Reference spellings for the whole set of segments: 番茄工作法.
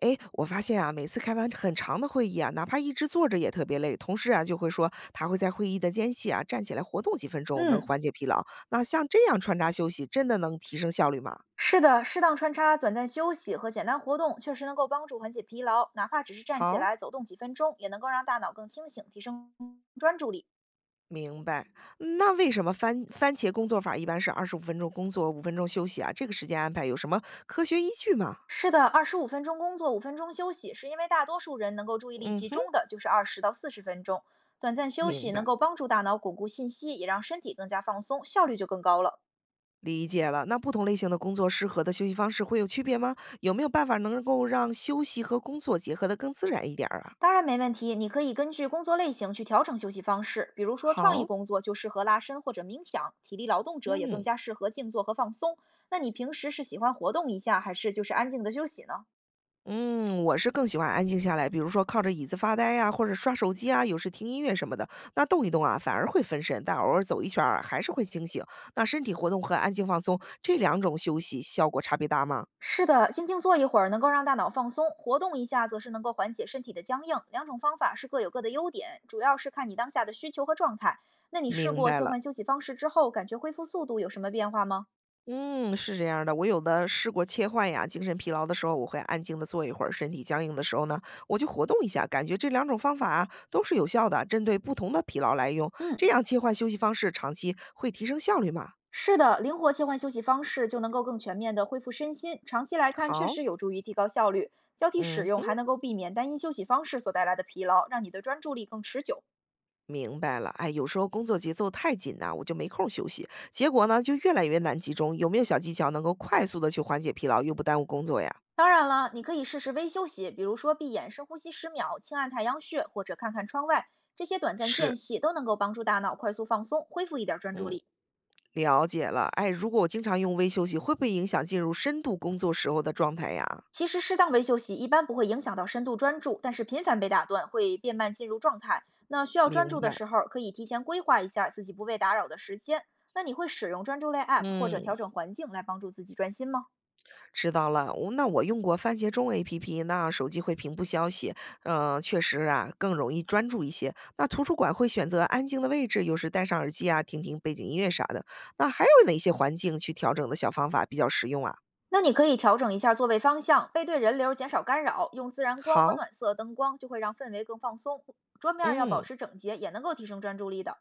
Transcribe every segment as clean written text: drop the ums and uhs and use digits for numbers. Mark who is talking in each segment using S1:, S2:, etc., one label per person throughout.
S1: 诶，我发现啊，每次开完很长的会议啊，哪怕一直坐着也特别累。同事啊就会说，他会在会议的间隙啊站起来活动几分钟，能
S2: 嗯，
S1: 缓解疲劳。那像这样穿插休息，真的能提升效率吗？
S2: 是的，适当穿插短暂休息和简单活动，确实能够帮助缓解疲劳，哪怕只是站起
S1: 好，
S2: 来走动几分钟，也能够让大脑更清醒，提升专注力。
S1: 明白。嗯那为什么番茄工作法一般是二十五分钟工作，五分钟休息啊？这个时间安排有什么科学依据吗？
S2: 是的，25分钟工作，五分钟休息，是因为大多数人能够注意力
S1: 嗯
S2: 集
S1: 哼，
S2: 中的就是20到40分钟，短暂休
S1: 明
S2: 息能
S1: 白。
S2: 够帮助大脑巩固信息，也让身体更加放松，效率就更高了。
S1: 理解了，那不同类型的工作适合的休息方式会有区别吗？有没有办法能够让休息和工作结合的更自然一点儿啊？
S2: 当然没问题，你可以根据工作类型去调整休息方式。比如说，创意
S1: 好，
S2: 工作就适合拉伸或者冥想，体力劳动者也更
S1: 嗯。
S2: 加适合静坐和放松。那你平时是喜欢活动一下，还是就是安静的休息呢？
S1: 嗯，我是更喜欢安静下来，比如说靠着椅子发呆呀、或者刷手机啊，有时听音乐什么的。那动一动啊，反而会分神，但偶尔走一圈儿还是会清醒。那身体活动和安静放松这两种休息效果差别大吗？
S2: 是的，静静坐一会儿能够让大脑放松，活动一下则是能够缓解身体的僵硬。两种方法是各有各的优点，主要是看你当下的需求和状态。那你试
S1: 明
S2: 过
S1: 白
S2: 切
S1: 了。
S2: 换休息方式之后，感觉恢复速度有什么变化吗？
S1: 嗯，是这样儿的。我有的试过切换呀，精神疲劳的时候，我会安静的坐一会儿；身体僵硬的时候呢，我就活动一下。感觉这两种方法啊都是有效的，针对不同的疲劳来用。这
S2: 嗯，
S1: 样切换休息方式，长期会提升效率嘛？
S2: 是的，灵活切换休息方式就能够更全面的恢复身心，长期来看确
S1: 好，
S2: 实有助于提高效率。交替使用
S1: 嗯。
S2: 还能够避免单一休息方式所带来的疲劳，让你的专注力更持久。
S1: 明白了，哎，有时候工作节奏太紧呐、我就没空儿休息，结果呢就越来越难集中。有没有小技巧能够快速的去缓解疲劳，又不耽误工作呀？
S2: 当然了，你可以试试微休息，比如说闭眼深呼吸10秒，轻按太阳穴，或者看看窗外，这些短暂间
S1: 是，
S2: 隙都能够帮助大脑快速放松，恢复一点专注
S1: 嗯，
S2: 力。
S1: 了解了。哎，如果我经常用微休息，会不会影响进入深度工作时候的状态呀？
S2: 其实适当微休息一般不会影响到深度专注，但是频繁被打断会变慢进入状态。那需要专
S1: 明
S2: 注的
S1: 白。
S2: 时候，可以提前规划一下自己不被打扰的时间。那你会使用专注类 App 或者
S1: 嗯，
S2: 调整环境来帮助自己专心吗？
S1: 知道了，我那我用过番茄钟 APP，那手机会屏蔽消息，确实啊，更容易专注一些。那图书馆会选择安静的位置，有时戴上耳机啊，听听背景音乐啥的。那还有哪些环境去调整的小方法比较实用啊？
S2: 那你可以调整一下座位方向，背对人流减少干扰，用自然光和
S1: 好，
S2: 暖色灯光就会让氛围更放松。桌面要保
S1: 嗯，
S2: 持整洁，也能够提升专注力的。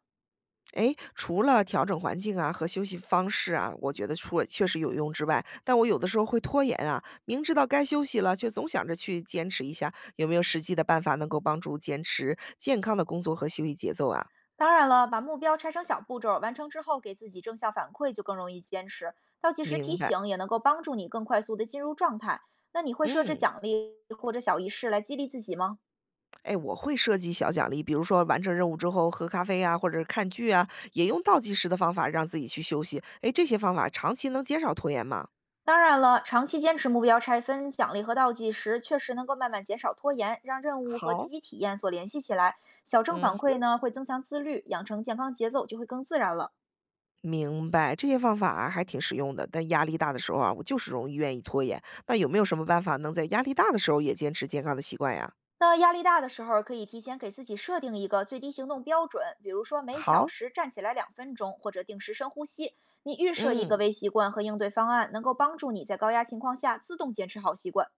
S1: 诶，除了调整环境啊和休息方式啊，我觉得除了确实有用之外，但我有的时候会拖延啊，明知道该休息了，却总想着去坚持一下。有没有实际的办法能够帮助坚持健康的工作和休息节奏啊？
S2: 当然了，把目标拆成小步骤完成之后给自己正向反馈，就更容易坚持。倒计时
S1: 明
S2: 提
S1: 白，
S2: 醒也能够帮助你更快速的进入状态。那你会设置
S1: 嗯，
S2: 奖励或者小仪式来激励自己吗？
S1: 哎，我会设计小奖励，比如说完成任务之后喝咖啡啊，或者是看剧啊，也用倒计时的方法让自己去休息。哎，这些方法长期能减少拖延吗？
S2: 当然了，长期坚持目标拆分、奖励和倒计时，确实能够慢慢减少拖延，让任务和积
S1: 好，
S2: 极体验所联系起来。小正
S1: 嗯，
S2: 反馈呢，会增强自律，养成健康节奏就会更自然了。
S1: 明白，这些方法啊还挺实用的。但压力大的时候啊，我就是容易愿意拖延。那有没有什么办法能在压力大的时候也坚持健康的习惯呀？
S2: 那压力大的时候，可以提前给自己设定一个最低行动标准，比如说每小
S1: 好，
S2: 时站起来2分钟，或者定时深呼吸。你预设一
S1: 嗯。
S2: 个微习惯和应对方案，能够帮助你在高压情况下自动坚持好习惯。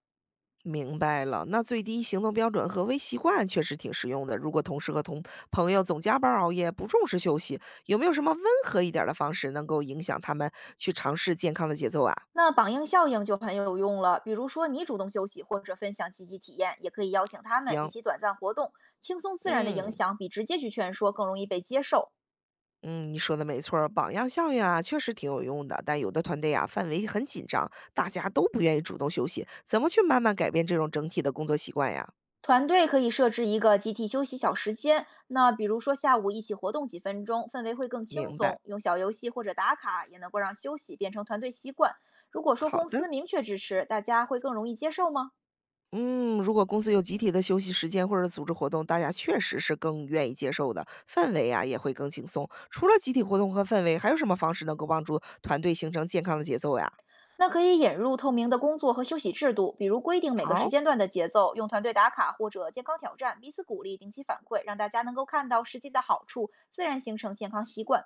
S1: 明白了，那最低行动标准和微习惯确实挺实用的。如果同事和同朋友总加班儿熬夜，不重视休息，有没有什么温和一点儿的方式能够影响他们去尝试健康的节奏啊？
S2: 那榜样效应就很有用了，比如说你主动休息或者分享积极体验，也可以邀请他们一
S1: 行，
S2: 起短暂活动，轻松自然的影
S1: 嗯
S2: 响比直接去劝说更容易被接受。
S1: 嗯，你说的没错儿，榜样效应啊，确实挺有用的。但有的团队啊，范围很紧张，大家都不愿意主动休息，怎么去慢慢改变这种整体的工作习惯呀？
S2: 团队可以设置一个集体休息小时间，那比如说下午一起活动几分钟，氛围会更轻
S1: 明白，
S2: 松。用小游戏或者打卡，也能够让休息变成团队习惯。如果说
S1: 好
S2: 公
S1: 的。
S2: 司明确支持，大家会更容易接受吗？
S1: 嗯，如果公司有集体的休息时间或者组织活动，大家确实是更愿意接受的，氛围啊也会更轻松。除了集体活动和氛围，还有什么方式能够帮助团队形成健康的节奏呀？
S2: 那可以引入透明的工作和休息制度，比如规定每个时
S1: 好，
S2: 间段的节奏，用团队打卡或者健康挑战，彼此鼓励，定期反馈，让大家能够看到实际的好处，自然形成健康习惯。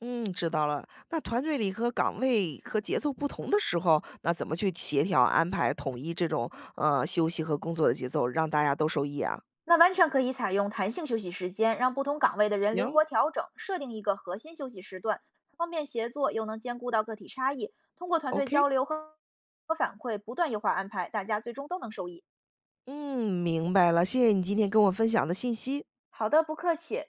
S1: 嗯，知道了。那团队里和岗位和节奏不同的时候，那怎么去协调安排统一这种休息和工作的节奏，让大家都受益啊？
S2: 那完全可以采用弹性休息时间，让不同岗位的人灵
S1: 行
S2: 活调整，设定一个核心休息时段，方便协作，又能兼顾到个体差异。通过团队
S1: ，OK，
S2: 交流和反馈，不断优化安排，大家最终都能受益。
S1: 嗯，明白了，谢谢你今天跟我分享的信息。
S2: 好的，不客气。